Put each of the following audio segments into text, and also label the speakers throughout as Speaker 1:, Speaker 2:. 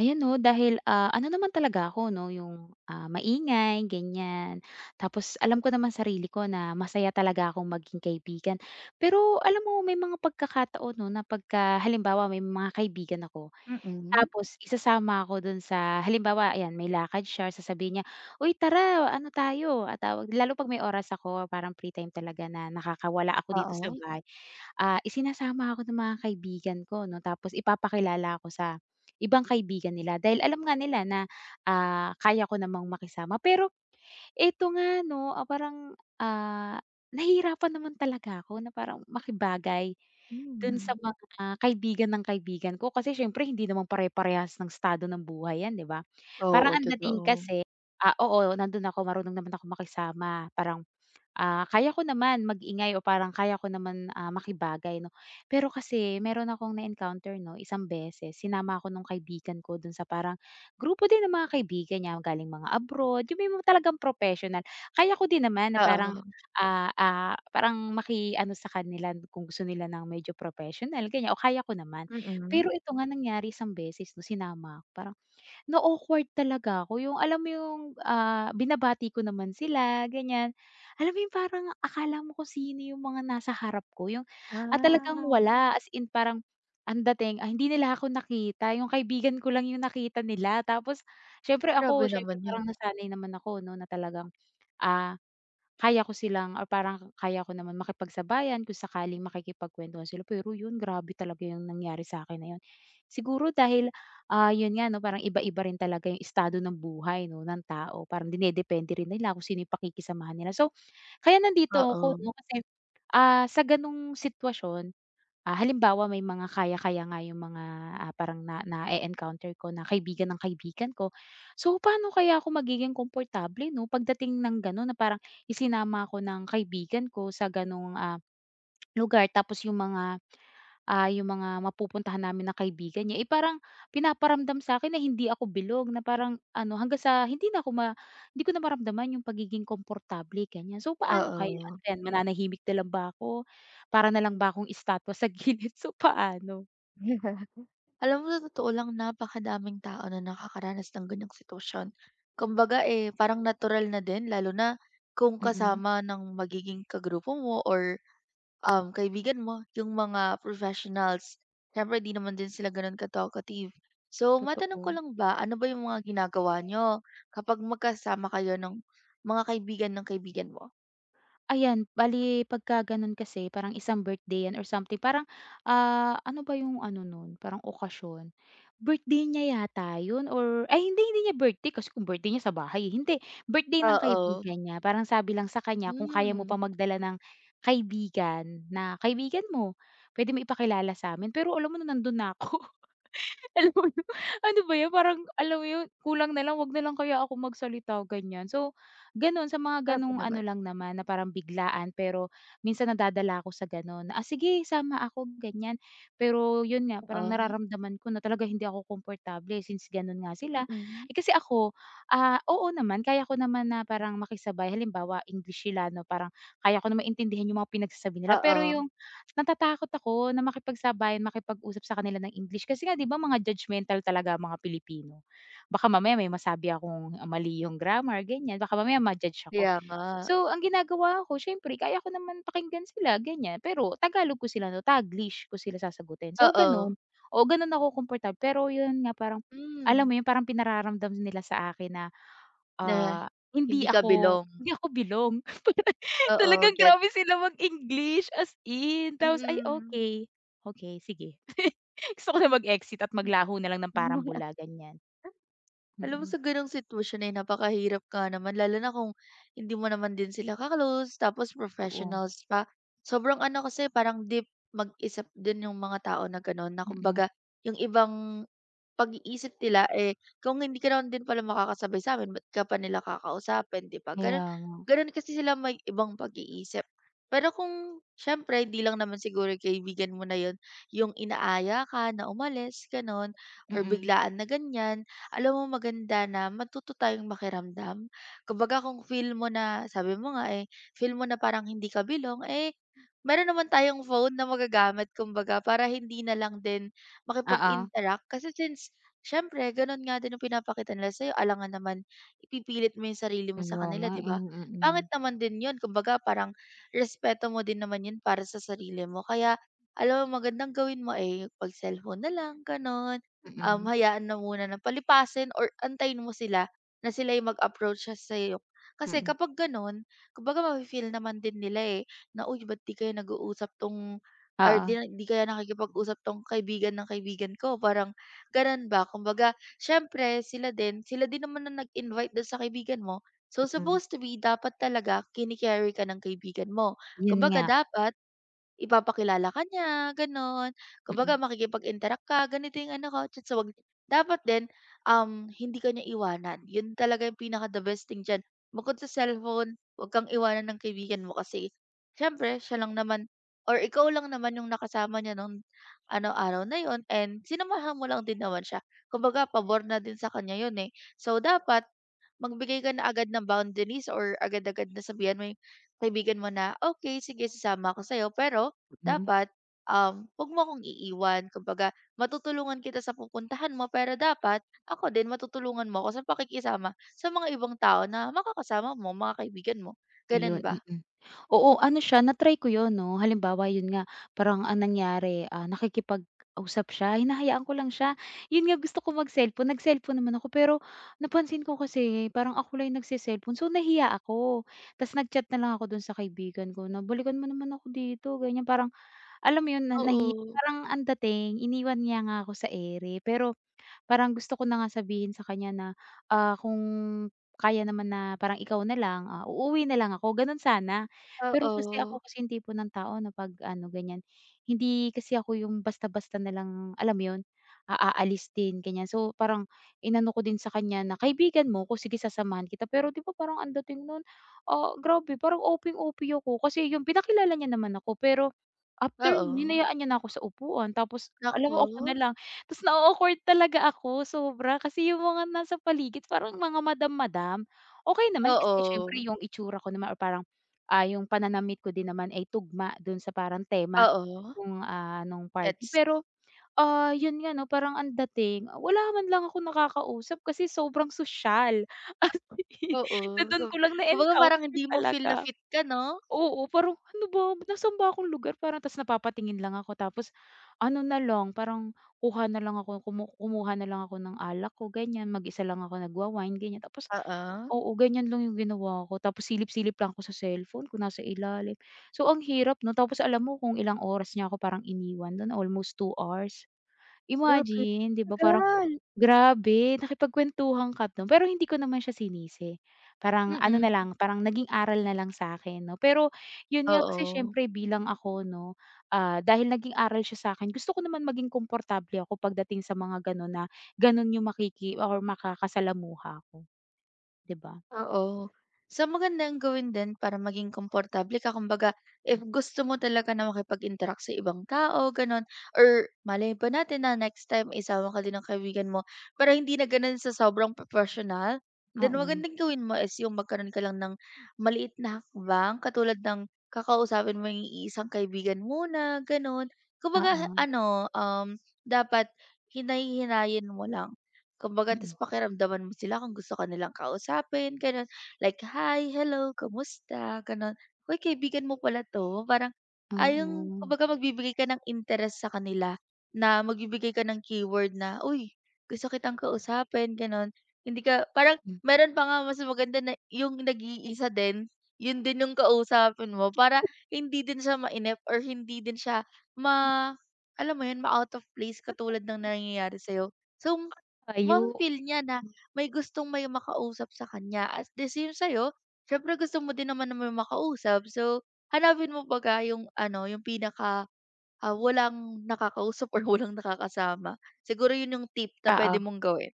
Speaker 1: Ayan 'no, dahil, ano naman talaga ako 'no, yung, maingay ganyan. Tapos alam ko naman sarili ko na masaya talaga akong maging kaibigan. Pero alam mo may mga pagkakataon 'no, na pagka halimbawa may mga kaibigan ako,
Speaker 2: Mm.
Speaker 1: tapos isasama ako dun sa halimbawa ayan may lakad siya sasabihin niya, "Uy tara ano tayo," tawag lalo 'pag may oras ako parang free time talaga na nakakawala ako
Speaker 2: Ah,
Speaker 1: dito sa bahay, isinasama ako ng mga kaibigan ko 'no tapos ipapakilala ako sa ibang kaibigan nila dahil alam nga nila na, kaya ko namang makisama pero eto nga 'no, parang, nahihirapan naman talaga ako na parang makibagay dun sa
Speaker 2: hmm.
Speaker 1: mga kaibigan ng kaibigan ko kasi siyempre hindi naman pare-parehas ng estado ng buhay 'yan, 'di ba?
Speaker 2: Oo,
Speaker 1: Parang ang dating
Speaker 2: totoo.
Speaker 1: kasi, oo, nandun ako, marunong naman ako makisama parang. Kaya ko naman mag-ingay o parang kaya ko naman, makibagay 'no. Pero kasi meron akong na-encounter 'no, isang beses sinama ako nung kaibigan ko dun sa parang grupo din ng mga kaibigan niya galing mga abroad, yung may mga talagang professional. Kaya ko din naman na parang,
Speaker 2: Oo.
Speaker 1: parang maki-ano sa kanila kung gusto nila ng medyo professional ganyan o kaya ko naman.
Speaker 2: Mm.
Speaker 1: Pero ito nga nangyari isang beses 'no, sinama ako parang na-awkward talaga ako, yung alam mo yung, binabati ko naman sila ganyan. Alam mo yung parang akala mo kung sino yung mga nasa harap ko yung at talagang
Speaker 2: Ah,
Speaker 1: wala, as in parang ang dating, hindi nila ako nakita, yung kaibigan ko lang yung nakita nila. Tapos
Speaker 2: grabe
Speaker 1: siyempre
Speaker 2: naman yun.
Speaker 1: parang nasanay naman ako 'no na talagang, ah kaya ko silang or parang kaya ko naman makipagsabayan kung sakaling makikipagkuwentuhan sila. Pero yun, grabe talaga yung nangyari sa'kin na yun. Siguro dahil, yun nga 'no, parang iba-iba rin talaga yung estado ng buhay 'no, ng tao. Parang dinedepende rin nila kung sino yung pakikisamahan nila. So, kaya nandito ako
Speaker 2: Oo,
Speaker 1: 'no, kasi, sa gano'ng sitwasyon, halimbawa may mga kaya-kaya nga yung mga, parang na na encounter ko na kaibigan ng kaibigan ko. So, paano kaya ako magiging komportable 'no, pagdating ng gano'n na parang isinama ko ng kaibigan ko sa gano'ng, lugar tapos yung mga yung mga mapupuntahan namin na kaibigan niya, eh, parang pinaparamdam sa akin na hindi ako bilog na parang ano hanggang sa hindi ko na maramdaman yung pagiging komportable ganyan. So, paano kaya? Ano
Speaker 2: oo.
Speaker 1: ba 'yan, mananahimik na lang ba ako? Para na lang ba akong estatwa sa gilid? So, paano?
Speaker 2: Alam mo, sa totoo lang, napakadaming tao na nakakaranas ng ganyang sitwasyon. Kumbaga, eh, parang natural na din, lalo na kung
Speaker 1: Mm,
Speaker 2: kasama ng magiging kagrupo mo or kaibigan mo, yung mga professionals, siyempre 'di naman din sila gano'n ka-talkative. So, matanong ko
Speaker 1: totoo.
Speaker 2: lang ba, ano ba yung mga ginagawa niyo kapag magkasama kayo ng mga kaibigan ng kaibigan mo?
Speaker 1: Ayan, bali pagka gano'n kasi parang isang birthday 'yan or something parang, ano ba yung ano nun, parang okasyon, birthday niya yata yun or ay hindi, hindi niya birthday kasi kung birthday niya sa bahay, eh, hindi birthday ng
Speaker 2: Oo.
Speaker 1: kaibigan niya parang sabi lang sa kanya kung kaya mo pa
Speaker 2: Hmm,
Speaker 1: magdala ng kaibigan na, "Kaibigan mo, puwede mo ipakilala sa'min." Pero alam mo na nandun na ako. Alam mo yun, ano ba 'yan parang alam mo yun, kulang na lang 'wag na lang kaya ako magsalita ganyan. So, gano'n sa mga
Speaker 2: grabe
Speaker 1: gano'ng ano
Speaker 2: naman.
Speaker 1: lang naman na parang biglaan pero minsan nadadala ako sa gano'n na, "Ah, sige sama ako," ganyan. Pero yun nga parang
Speaker 2: Oo.
Speaker 1: nararamdaman ko na talaga hindi ako komportable since gano'n nga sila.
Speaker 2: Mm.
Speaker 1: Eh, kasi ako, oo naman kaya ko naman na parang makisabay halimbawa English sila 'no, parang kaya ko naman intindihan yung mga pinagsasabi nila pero
Speaker 2: Oo,
Speaker 1: yung natatakot ako na makipagsabayan, makipag-usap sa kanila ng English kasi nga 'di ba mga judgmental talaga ang mga Pilipino. Baka mamaya may masabi akong mali yung grammar, ganyan. Baka mamaya ma-judge ako.
Speaker 2: kaya nga.
Speaker 1: So, ang ginagawa ko siyempre kaya ko naman pakinggan sila, ganyan. Pero Tagalog ko sila no, Taglish ko sila sasagutin. So,
Speaker 2: Oo.
Speaker 1: gano'n. O gano'n ako komportable. Pero 'yun nga parang alam
Speaker 2: Hmm,
Speaker 1: mo 'yun, parang pinararamdam nila sa akin na,
Speaker 2: na
Speaker 1: ah, hindi
Speaker 2: hindi ka
Speaker 1: ako
Speaker 2: belong.
Speaker 1: hindi ako bilong.
Speaker 2: Oo,
Speaker 1: Talagang
Speaker 2: get.
Speaker 1: grabe sila mag-English, as in. Tapos, "Ay
Speaker 2: Mm.
Speaker 1: okay okay sige." Gusto ko na mag-exit at maglaho na lang ng parang bula, ganyan.
Speaker 2: Alam mo,
Speaker 1: Mm.
Speaker 2: sa gano'ng sitwasyon ay napakahirap ka naman, lalo na kung hindi mo naman din sila ka-close tapos
Speaker 1: Oo.
Speaker 2: professionals pa. Sobrang ano kasi, parang deep mag-isip din yung mga tao na gano'n, na
Speaker 1: Mm.
Speaker 2: kumbaga yung ibang pag-iisip nila, eh, kung hindi ka naman din pala makakasabay sa'min, ba't ka pa nila kakausapin, 'di ba?
Speaker 1: Kaya
Speaker 2: Gano'n
Speaker 1: nga.
Speaker 2: gano'n kasi sila, may ibang pag-iisip. Pero kung siyempre hindi lang naman siguro yung kaibigan mo na 'yun yung inaaya ka na umalis, gano'n, or
Speaker 1: Mm.
Speaker 2: biglaan na ganiyan, alam mo, maganda na matuto tayong makiramdam. Kumbaga kung feel mo, na sabi mo nga, eh, feel mo na parang hindi ka bilong, eh, meron naman tayong phone na magagamit, kumbaga para hindi na lang din
Speaker 1: Oo.
Speaker 2: makipag-interact, kasi since siyempre gano'n nga din ang pinapakita nila sa'yo, alangan naman ipipilit mo 'yung sarili mo sa
Speaker 1: Kaya
Speaker 2: kanila,
Speaker 1: nga,
Speaker 2: 'di
Speaker 1: eh.
Speaker 2: ba? Pangit
Speaker 1: Mm.
Speaker 2: naman din 'yun, kumbaga parang respeto mo din naman 'yun para sa sarili mo, kaya alam mo, magandang gawin mo, eh, yung 'pag-cellphone na lang, gano'n,
Speaker 1: Mm. Mm.
Speaker 2: hayaan na muna, ng palipasin or antayin mo sila na sila 'yung mag-approach sa'yo. Kasi
Speaker 1: Mm.
Speaker 2: kapag gano'n, kumbaga mafi-feel naman din nila, eh, na, "Uy, ba't 'di kayo nag-uusap 'tong, or 'di
Speaker 1: Oo.
Speaker 2: na 'di kaya nakikipag-usap 'tong kaibigan ng kaibigan ko, parang gano'n ba." Kumbaga siyempre sila din naman ang nag-invite do'n sa kaibigan mo. So,
Speaker 1: Mm.
Speaker 2: supposed to be, dapat talaga kini-carry ka ng kaibigan mo.
Speaker 1: Yun
Speaker 2: Kumbaga
Speaker 1: nga.
Speaker 2: dapat ipapakilala ka niya, gano'n, kumbaga
Speaker 1: Mm.
Speaker 2: makikipag-interact ka, ganito 'yung ano ko, so wag dapat din, hindi ka niya iwanan. 'Yun talaga 'yung pinaka the best thing diyan. Bukod sa cellphone, wag kang iwanan ng kaibigan mo, kasi siyempre siya lang naman. Or ikaw lang naman yung nakasama niya nung ano, araw na yon, and sinamahan mo lang din naman siya. Kumbaga pabor na din sa kanya yun, eh. So, dapat magbigay ka na agad ng boundaries or agad-agad na sabihan mo yung kaibigan mo na, "Okay, sige, sasama ako sa'yo, pero
Speaker 1: Mm.
Speaker 2: dapat, 'wag mo akong iiwan. Kumbaga matutulungan kita sa pupuntahan mo, pero dapat ako din matutulungan mo ako sa pakikisama sa mga ibang tao na makakasama mo, mga kaibigan mo." Gano'n
Speaker 1: Ayun,
Speaker 2: ba?
Speaker 1: mm. Oo, ano siya na-try ko 'yun 'no, halimbawa 'yun nga parang ang nangyari, nakikipag-usap siya, hinahayaan ko lang siya. 'Yun nga gusto ko mag-cellphone, nag-cellphone naman ako pero napansin ko kasi parang ako lang yung nagse-cellphone so nahiya ako. Tas nag-chat na lang ako dun sa kaibigan ko na, "Balikan mo naman ako dito," ganyan. Parang alam mo 'yun na nahiya,
Speaker 2: Oo.
Speaker 1: parang ang dating iniwan niya nga ako sa ere pero parang gusto ko na nga sabihin sa kanya na, kung kaya naman na parang ikaw na lang, uuwi na lang ako, gano'n sana. Pero kasi ako
Speaker 2: Oo.
Speaker 1: kasi yung tipo ng tao na 'pag ano, ganyan, hindi kasi ako yung basta-basta na lang, alam mo 'yun, aalis din, ganyan. So, parang inano ko din sa kanya na, "Kaibigan mo ako, sige sasamahan kita." Pero 'di ba parang ang dating no'n, grabe parang OP'ng-OP ako. Kasi yung pinakilala niya naman ako pero after no'n
Speaker 2: Oo.
Speaker 1: hinayaan niya na ako sa upuan tapos alam
Speaker 2: Naku,
Speaker 1: mo, ako na lang. Tas na awkward talaga ako sobra kasi yung mga nasa paligid parang mga madam-madam. Okey naman kasi siyempre
Speaker 2: oo,
Speaker 1: yung itsura ko naman or parang, yung pananamit ko din naman ay tugma dun sa parang tema
Speaker 2: oo,
Speaker 1: nung, nung party.
Speaker 2: gets.
Speaker 1: Pero, yun nga 'no, parang ang dating, wala man lang akong nakakausap kasi sobrang sosyal as in
Speaker 2: Oo,
Speaker 1: na dun
Speaker 2: kum
Speaker 1: ko lang
Speaker 2: kumbaga parang
Speaker 1: na-encounter
Speaker 2: hindi mo feel na
Speaker 1: talaga.
Speaker 2: fit ka 'no?
Speaker 1: Oo, parang ano ba, nasaan ba akong lugar parang tapos napapatingin lang ako tapos ano na lang parang kuha na lang ako kumuha na lang ako ng alak ko ganyan, mag-isa lang ako nagwa-wine ganyan tapos
Speaker 2: Oo.
Speaker 1: oo, ganyan lang yung ginawa ko tapos silip-silip lang ako sa cellphone ko nasa ilalim. So ang hirap 'no, tapos alam mo kung ilang oras niya ako parang iniwan dun, almost 2 hours.
Speaker 2: Grabe,
Speaker 1: Imagine, 'di ba parang,
Speaker 2: tagal,
Speaker 1: grabe nakipagkuwentuhan ka dun pero hindi ko naman siya sinisi. Parang ano
Speaker 2: mm.
Speaker 1: na lang, parang naging aral na lang sa'kin 'no. Pero yun nga kasi
Speaker 2: Oo.
Speaker 1: siyempre bilang ako 'no, dahil naging aral siya sa'kin gusto ko naman maging komportable ako pagdating sa mga ganun na ganun yung makiki or makakasalamuha ko, 'di ba?
Speaker 2: Oo. So, magandang gawin din para maging komportable ka, kumbaga if gusto mo talaga na makipag-interact sa ibang tao, gano'n, or malay ba natin na next time isama ka din ng kaibigan mo para hindi na gano'n sa sobrang professional. Then
Speaker 1: Oo,
Speaker 2: magandang gawin mo is yung magkaroon ka lang ng maliit na hakbang, katulad ng kakausapin mo yung iisang kaibigan muna, gano'n. Kumbaga
Speaker 1: oo.
Speaker 2: ano, dapat hinay-hinayin mo lang. Kumbaga ta's
Speaker 1: Mm.
Speaker 2: pakiramdaman mo sila kung gusto ka nilang kausapin, gano'n. Like, "Hi, hello, kamusta?" Gano'n. "Uy, kaibigan mo pala 'to." Parang, yung
Speaker 1: Oo,
Speaker 2: kumbaga magbibigay ka ng interes sa kanila, na magbibigay ka ng keyword na, "Uy, gusto kitang kausapin." Gano'n. Hindi ka parang,
Speaker 1: hmm.
Speaker 2: meron pa nga mas maganda na yung nag-iisa din, yun din yung kausapin mo para hindi din siya mainip or hindi din siya ma alam mo yun, ma-out of place, katulad ng nangyayari sa'yo. So,
Speaker 1: Ayu
Speaker 2: mafi-feel niya na may gustong may makausap sa kanya, at the same sa'yo, siyempre gusto mo din naman na may makausap. So, hanapin mo baga yung ano, yung pinaka, walang nakakausap or walang nakakasama. Siguro yun yung tip na pwede
Speaker 1: oo.
Speaker 2: mong gawin.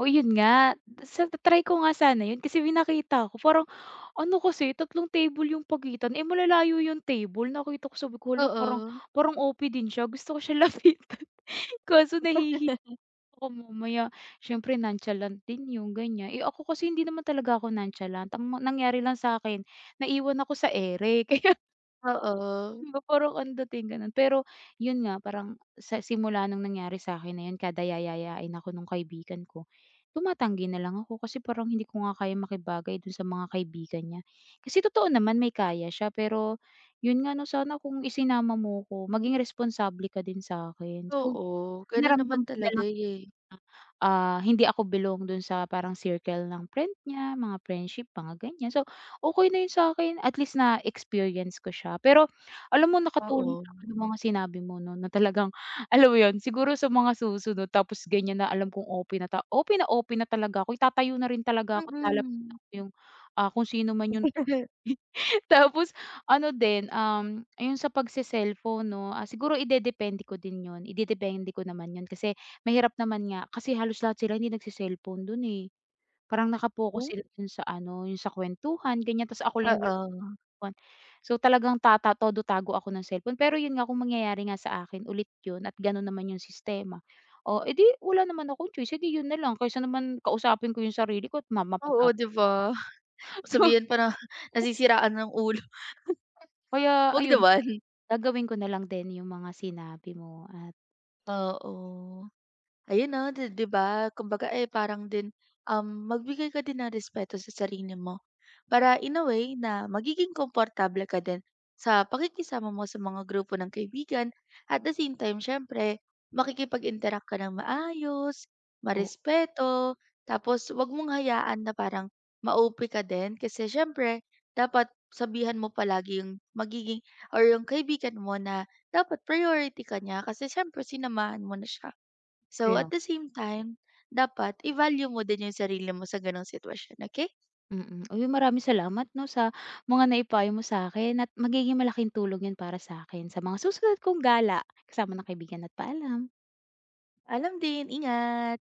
Speaker 1: Oh, yun nga sa ta-try ko nga sana yun kasi may nakita ako parang. Ano kasi, tatlong table yung pagitan, eh, malalayo yung table. Nakita ko sabi ko, "Hala parang
Speaker 2: Oo.
Speaker 1: parang OP din siya." Gusto ko siya lapitan, kaso nahihiya ako mamaya. Siyempre nonchalant din yung ganyan. Eh, ako kasi hindi naman talaga ako nonchalant. Ang nangyari lang sa sa'kin, naiwan ako sa ere. 'Di
Speaker 2: Oo,
Speaker 1: ba parang ang dating gano'n. Pero 'yun nga parang sa simula nung nangyari sa'kin na 'yun, kada yayayain ako nung kaibigan ko, tumatanggi na lang ako kasi parang hindi ko nga kayang makibagay dun sa mga kaibigan niya. Kasi totoo naman may kaya siya pero 'yun nga 'no, sana kung isinama mo ko maging responsable ka din sa'kin. So,
Speaker 2: oo, gano'n naman
Speaker 1: pinaramdam ko na
Speaker 2: talaga,
Speaker 1: lang
Speaker 2: eh,
Speaker 1: hindi ako belong dun sa parang circle ng friend niya, mga friendship, mga ganyan. So, okey na yun sa akin, at least na-experience ko siya. Pero alam mo nakatulong
Speaker 2: oo.
Speaker 1: sa akin yung mga sinabi mo 'no, na talagang alam mo yun, siguro sa mga susunod tapos ganyan na alam kong OP na OP na OP na talaga ako, itatayo na rin talaga ako at lalapit
Speaker 2: Mm.
Speaker 1: ako yung, kung sino man yung.
Speaker 2: Oh?
Speaker 1: Tapos ano din, ayun sa pagse-cellphone 'no, siguro idedepende ko din 'yun, idedepende ko naman 'yun kasi mahirap naman nga kasi halos lahat sila hindi nagse-cellphone dun, eh. Parang naka-focus sila dun sa ano, yung sa kwentuhan, ganiyan, ta's ako lang yung walang
Speaker 2: Oo,
Speaker 1: kuwan. So, talagang tata todo tago ako ng cellphone. Pero 'yun nga, kung mangyayari nga sa akin ulit 'yun at gano'n naman yung sistema, oh, eh, 'di wala naman akong choice, eh, 'yun na lang kaysa naman kausapin ko yung sarili ko at ma.
Speaker 2: oo, 'di ba? Sabihan pa na nasisiraan ng ulo,
Speaker 1: Kaya
Speaker 2: 'wag
Speaker 1: ayun.
Speaker 2: naman,
Speaker 1: Gagawin ko na lang din yung mga sinabi mo at
Speaker 2: oo. Ayun, na, di di ba? Kumbaga, eh, parang din, magbigay ka din ng respeto sa sarili mo para in a way na magiging komportable ka din sa pakikisama mo sa mga grupo ng kaibigan, at the same time, siyempre, makikipag-interact ka ng maayos,
Speaker 1: o
Speaker 2: marespeto, tapos wag mong hayaan na parang maupi ka din, kasi siyempre dapat sabihan mo palagi yung magiging or yung kaibigan mo na dapat priority ka niya, kasi siyempre sinamahan mo na siya. So, at
Speaker 1: kaya.
Speaker 2: the same time, dapat i-value mo din yung sarili mo sa gano'ng sitwasyon. Okay,
Speaker 1: Mm. Uy, maraming salamat 'no, sa mga naipayo mo sa'kin at magiging malaking tulong 'yan para sa'kin sa mga susunod kong gala kasama ng kaibigan at paalam.
Speaker 2: alam din, ingat.